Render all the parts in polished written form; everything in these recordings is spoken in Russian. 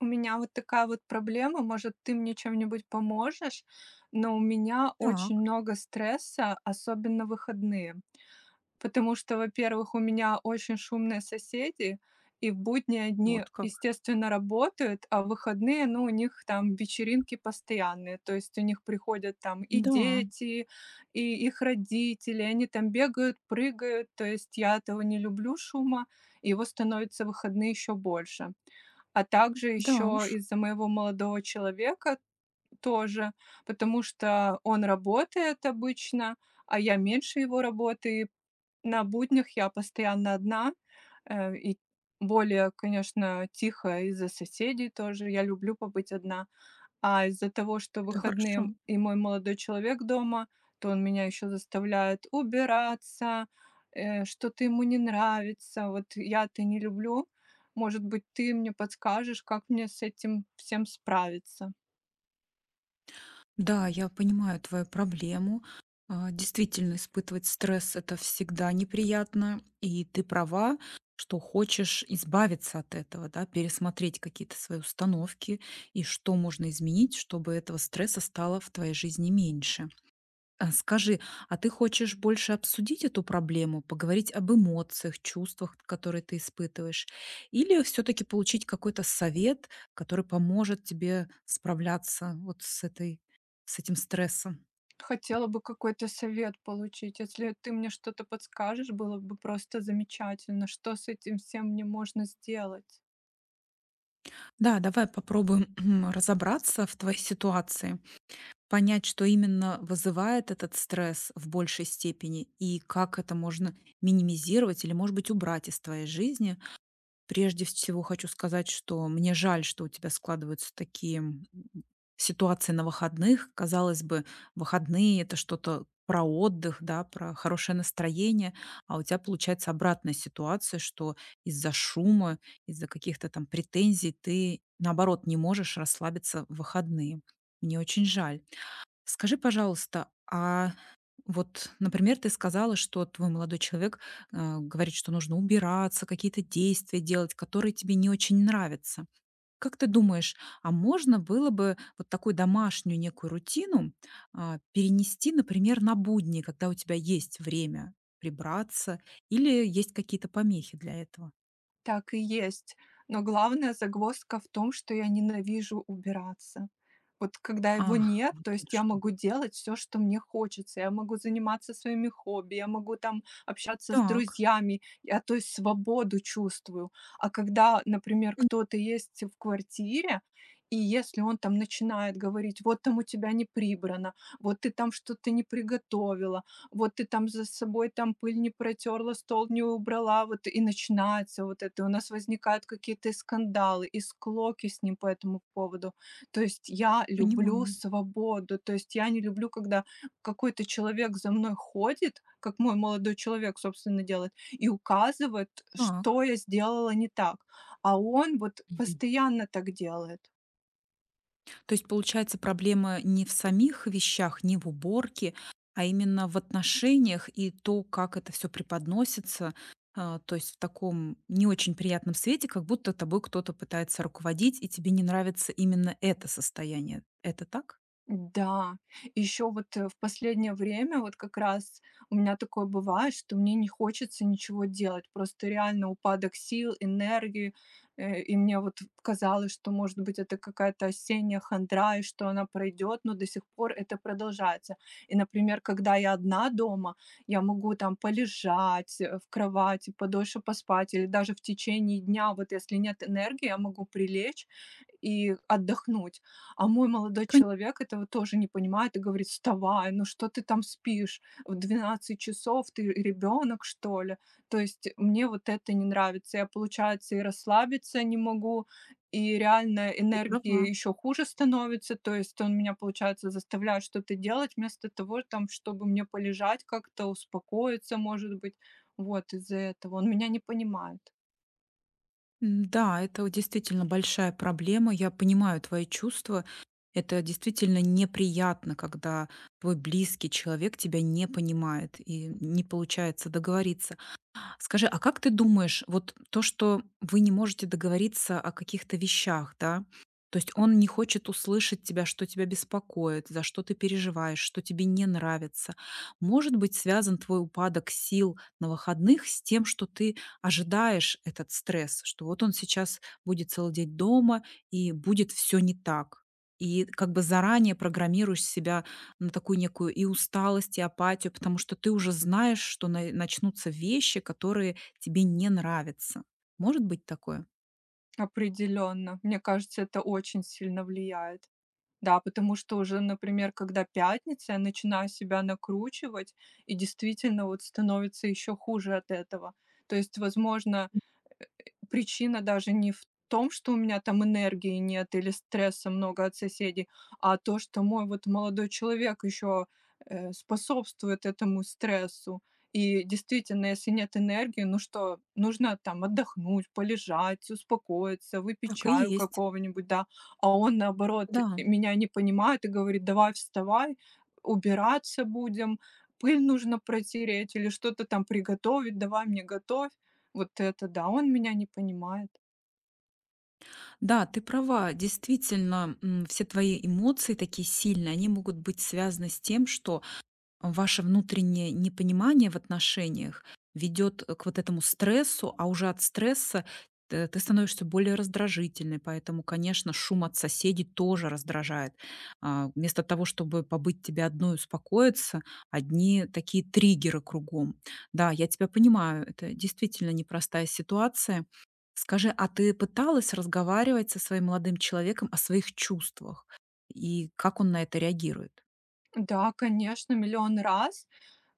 У меня вот такая вот проблема, может, ты мне чем-нибудь поможешь, но у меня Так, очень много стресса, особенно в выходные. Потому что, во-первых, у меня очень шумные соседи, и в будние дни, вот как. естественно, работают, а в выходные, ну, у них там вечеринки постоянные, то есть у них приходят там и Да, дети, и их родители, они там бегают, прыгают, то есть я этого не люблю шума, и его становится в выходные еще больше. А также да еще уж, из-за моего молодого человека тоже, потому что он работает обычно, а я меньше его работы. И на буднях я постоянно одна, и более, конечно, тихо из-за соседей тоже. Я люблю побыть одна. А из-за того, что это выходные хорошо. и мой молодой человек дома, то он меня еще заставляет убираться, что-то ему не нравится. Вот я это не люблю. Может быть, ты мне подскажешь, как мне с этим всем справиться? Да, я понимаю твою проблему. Действительно, испытывать стресс — это всегда неприятно, и ты права, что хочешь избавиться от этого, да, пересмотреть какие-то свои установки и что можно изменить, чтобы этого стресса стало в твоей жизни меньше. А скажи, а ты хочешь больше обсудить эту проблему, поговорить об эмоциях, чувствах, которые ты испытываешь, или все таки получить какой-то совет, который поможет тебе справляться вот с этим стрессом? Хотела бы какой-то совет получить. Если ты мне что-то подскажешь, было бы просто замечательно. Что с этим всем мне можно сделать? Да, давай попробуем разобраться в твоей ситуации, понять, что именно вызывает этот стресс в большей степени и как это можно минимизировать или, может быть, убрать из твоей жизни. Прежде всего хочу сказать, что мне жаль, что у тебя складываются такие, ситуации на выходных. Казалось бы, выходные — это что-то про отдых, да, про хорошее настроение, а у тебя получается обратная ситуация, что из-за шума, из-за каких-то там претензий ты, наоборот, не можешь расслабиться в выходные. Мне очень жаль. Скажи, пожалуйста, а вот, например, ты сказала, что твой молодой человек, говорит, что нужно убираться, какие-то действия делать, которые тебе не очень нравятся. Как ты думаешь, можно было бы вот такую домашнюю некую рутину перенести, например, на будни, когда у тебя есть время прибраться, или есть какие-то помехи для этого? Так и есть. Но главная загвоздка в том, что я ненавижу убираться. Вот когда его Ах, нет, вот то оно есть я что. могу делать все, что мне хочется. Я могу заниматься своими хобби, я могу там общаться с Так, друзьями, я то есть свободу чувствую. А когда, например, пони кто-то есть в квартире, и если он там начинает говорить, вот там у тебя не прибрано, вот ты там что-то не приготовила, вот ты там за собой там пыль не протерла, стол не убрала, вот и начинается вот это. У нас возникают какие-то и скандалы, и склоки с ним по этому поводу. То есть я люблю понимаю. свободу, то есть я не люблю, когда какой-то человек за мной ходит, как мой молодой человек, собственно, делает, и указывает, Так. что я сделала не так. А он вот постоянно так делает. То есть, получается, проблема не в самих вещах, не в уборке, а именно в отношениях и то, как это все преподносится, а, то есть в таком не очень приятном свете, как будто тобой кто-то пытается руководить, и тебе не нравится именно это состояние. Это так? Да, еще вот, в последнее время вот как раз у меня такое бывает, что мне не хочется ничего делать. Просто реально упадок сил, энергии. И мне вот казалось, что, может быть, это какая-то осенняя хандра, и что она пройдет, но до сих пор это продолжается. И, например, когда я одна дома, я могу там полежать, в кровати, подольше поспать, или даже в течение дня, вот если нет энергии, я могу прилечь и отдохнуть. А мой молодой Коне человек этого тоже не понимает и говорит: "Вставай, ну что ты там спишь? В 12 часов ты ребенок что ли?" То есть мне вот это не нравится. Я, получается, и расслабиться не могу, и реально Ты энергия права. еще хуже становится. То есть он меня, получается, заставляет что-то делать вместо того, там, чтобы мне полежать как-то, успокоиться, может быть. Вот из-за этого он меня не понимает М-да, это вот действительно большая проблема. Я понимаю твои чувства. Это действительно неприятно, когда твой близкий человек тебя не понимает и не получается договориться. Скажи, а как ты думаешь, вот то, что вы не можете договориться о каких-то вещах, да? То есть он не хочет услышать тебя, что тебя беспокоит, за что ты переживаешь, что тебе не нравится. Может быть, связан твой упадок сил на выходных с тем, что ты ожидаешь этот стресс, что вот он сейчас будет целый день дома и будет все не так. И как бы заранее программируешь себя на такую некую и усталость, и апатию, потому что ты уже знаешь, что на начнутся вещи, которые тебе не нравятся. Может быть такое? определенно. Мне кажется, это очень сильно влияет. Да, потому что уже, например, когда пятница, я начинаю себя накручивать, и действительно вот становится еще хуже от этого. То есть, возможно, причина даже не в том, что у меня там энергии нет или стресса много от соседей, а то, что мой вот молодой человек еще способствует этому стрессу. И действительно, если нет энергии, ну что, нужно там отдохнуть, полежать, успокоиться, выпить Так и чаю есть. какого-нибудь, да. А он, наоборот, Да. меня не понимает и говорит, давай вставай, убираться будем, пыль нужно протереть или что-то там приготовить, давай мне готовь. Вот это да, он меня не понимает. Да, ты права. Действительно, все твои эмоции такие сильные, они могут быть связаны с тем, что ваше внутреннее непонимание в отношениях ведет к вот этому стрессу, а уже от стресса т ты становишься более раздражительной, поэтому, конечно, шум от соседей тоже раздражает. А, вместо того, чтобы побыть тебе одной и успокоиться, одни такие триггеры кругом. Да, я тебя понимаю, это действительно непростая ситуация. Скажи, а ты пыталась разговаривать со своим молодым человеком о своих чувствах? И как он на это реагирует? Да, конечно, миллион раз,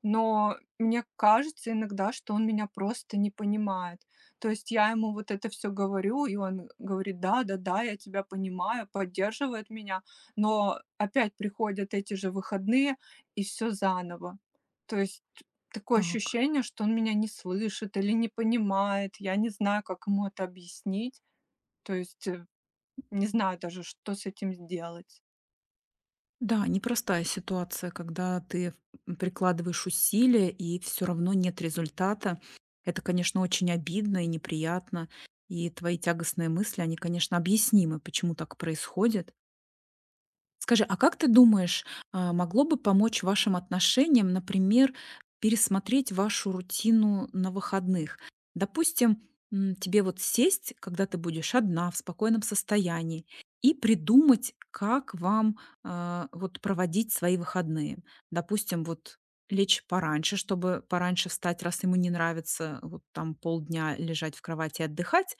но мне кажется иногда, что он меня просто не понимает. То есть я ему вот это все говорю, и он говорит: "Да-да-да, я тебя понимаю", поддерживает меня, но опять приходят эти же выходные, и все заново. То есть такое Так. ощущение, что он меня не слышит или не понимает. Я не знаю, как ему это объяснить. То есть, э, Не знаю даже, что с этим сделать. Да, непростая ситуация, когда ты прикладываешь усилия и все равно нет результата. Это, конечно, очень обидно и неприятно. И твои тягостные мысли, они, конечно, объяснимы, почему так происходит. Скажи, а как ты думаешь, могло бы помочь вашим отношениям, например, пересмотреть вашу рутину на выходных? Допустим, тебе вот сесть, когда ты будешь одна, в спокойном состоянии, и придумать, как вам вот проводить свои выходные. Допустим, вот лечь пораньше, чтобы пораньше встать, раз ему не нравится вот там полдня лежать в кровати и отдыхать,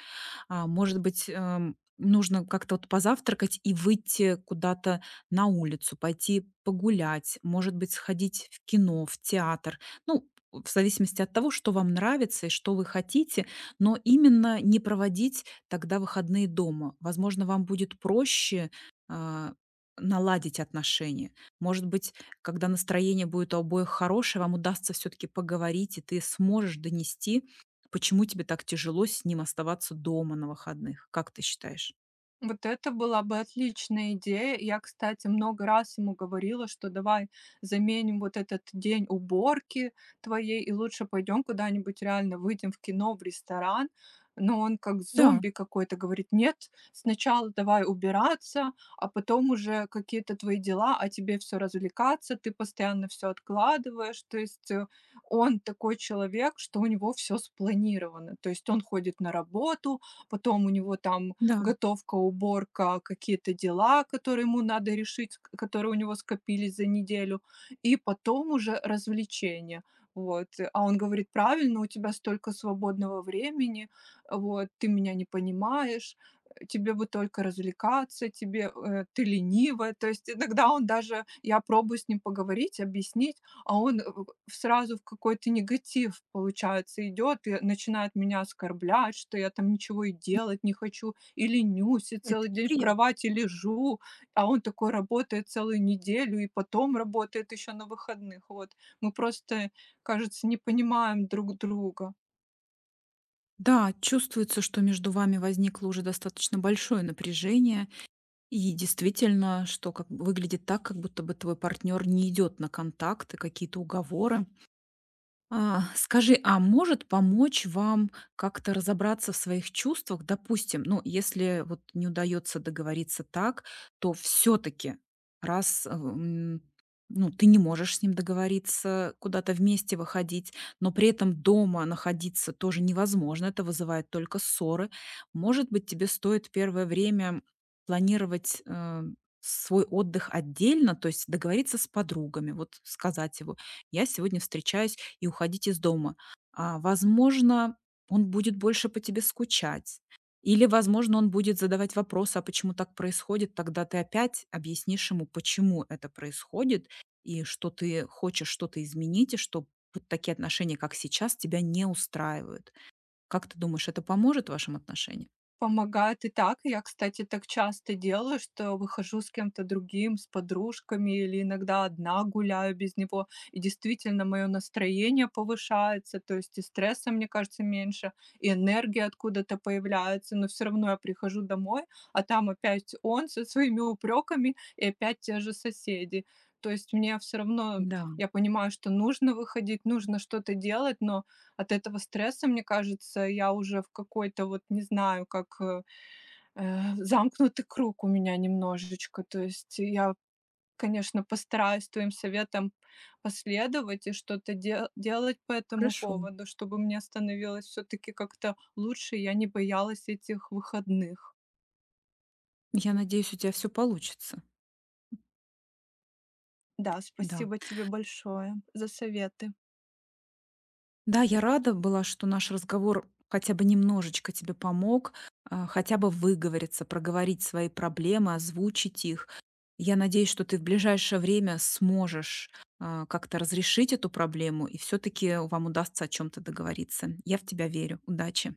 может быть, нужно как-то вот позавтракать и выйти куда-то на улицу, пойти погулять, может быть, сходить в кино, в театр. Ну, в зависимости от того, что вам нравится и что вы хотите, но именно не проводить тогда выходные дома. Возможно, вам будет проще а, наладить отношения. Может быть, когда настроение будет у обоих хорошее, вам удастся все-таки поговорить, и ты сможешь донести, почему тебе так тяжело с ним оставаться дома на выходных. Как ты считаешь? Вот это была бы отличная идея. Я, кстати, много раз ему говорила, что давай заменим вот этот день уборки твоей и лучше пойдем куда-нибудь реально, выйдем в кино, в ресторан. Но он как Да, зомби какой-то говорит, нет, сначала давай убираться, а потом уже какие-то твои дела, а тебе все развлекаться, ты постоянно все откладываешь. Он такой человек, что у него все спланировано. То есть он ходит на работу, потом у него там да, готовка, уборка, какие-то дела, которые ему надо решить, к которые у него скопились за неделю, и потом уже развлечения. Вот. А он говорит: "Правильно, у тебя столько свободного времени, вот, ты меня не понимаешь, тебе бы только развлекаться, тебе, ты ленивая". То есть иногда он даже я пробую с ним поговорить, объяснить, а он сразу в какой-то негатив, получается, идет и начинает меня оскорблять, что я там ничего и делать не хочу, и ленюсь, и целый это день в неприятно. кровати лежу, а он такой работает целую неделю и потом работает еще на выходных. Вот. Мы просто, кажется, не понимаем друг друга. Да, чувствуется, что между вами возникло уже достаточно большое напряжение, и действительно, что как бы выглядит так, как будто бы твой партнер не идет на контакты, какие-то уговоры. А, скажи, а может помочь вам как-то разобраться в своих чувствах? Допустим, ну, если вот не удается договориться так, то все-таки, раз э, м, ну, ты не можешь с ним договориться, куда-то вместе выходить, но при этом дома находиться тоже невозможно, это вызывает только ссоры. Может быть, тебе стоит первое время планировать свой отдых отдельно, то есть договориться с подругами, вот сказать его, я сегодня встречаюсь и уходить из дома. А, возможно, он будет больше по тебе скучать. Или, возможно, он будет задавать вопросы, а почему так происходит, тогда ты опять объяснишь ему, почему это происходит, и что ты хочешь что-то изменить, и что вот такие отношения, как сейчас, тебя не устраивают. Как ты думаешь, это поможет вашим отношениям? Помогает и так. Я, кстати, так часто делаю, что выхожу с кем-то другим, с подружками или иногда одна гуляю без него. И действительно, мое настроение повышается, то есть и стресса, мне кажется, меньше, и энергия откуда-то появляется. Но все равно я прихожу домой, а там опять он со своими упреками и опять те же соседи. То есть мне все равно, Да, я понимаю, что нужно выходить, нужно что-то делать, но от этого стресса, мне кажется, я уже в какой-то вот не знаю, как, замкнутый круг у меня немножечко. То есть я, конечно, постараюсь твоим советам последовать и что-то делать по этому хорошо. поводу, чтобы мне становилось все таки как-то лучше, и я не боялась этих выходных. Я надеюсь, у тебя все получится. Да, Да. спасибо тебе большое за советы. Да, я рада была, что наш разговор хотя бы немножечко тебе помог, хотя бы выговориться, проговорить свои проблемы, озвучить их. Я надеюсь, что ты в ближайшее время сможешь как-то разрешить эту проблему, и все-таки вам удастся о чем-то договориться. Я в тебя верю. Удачи.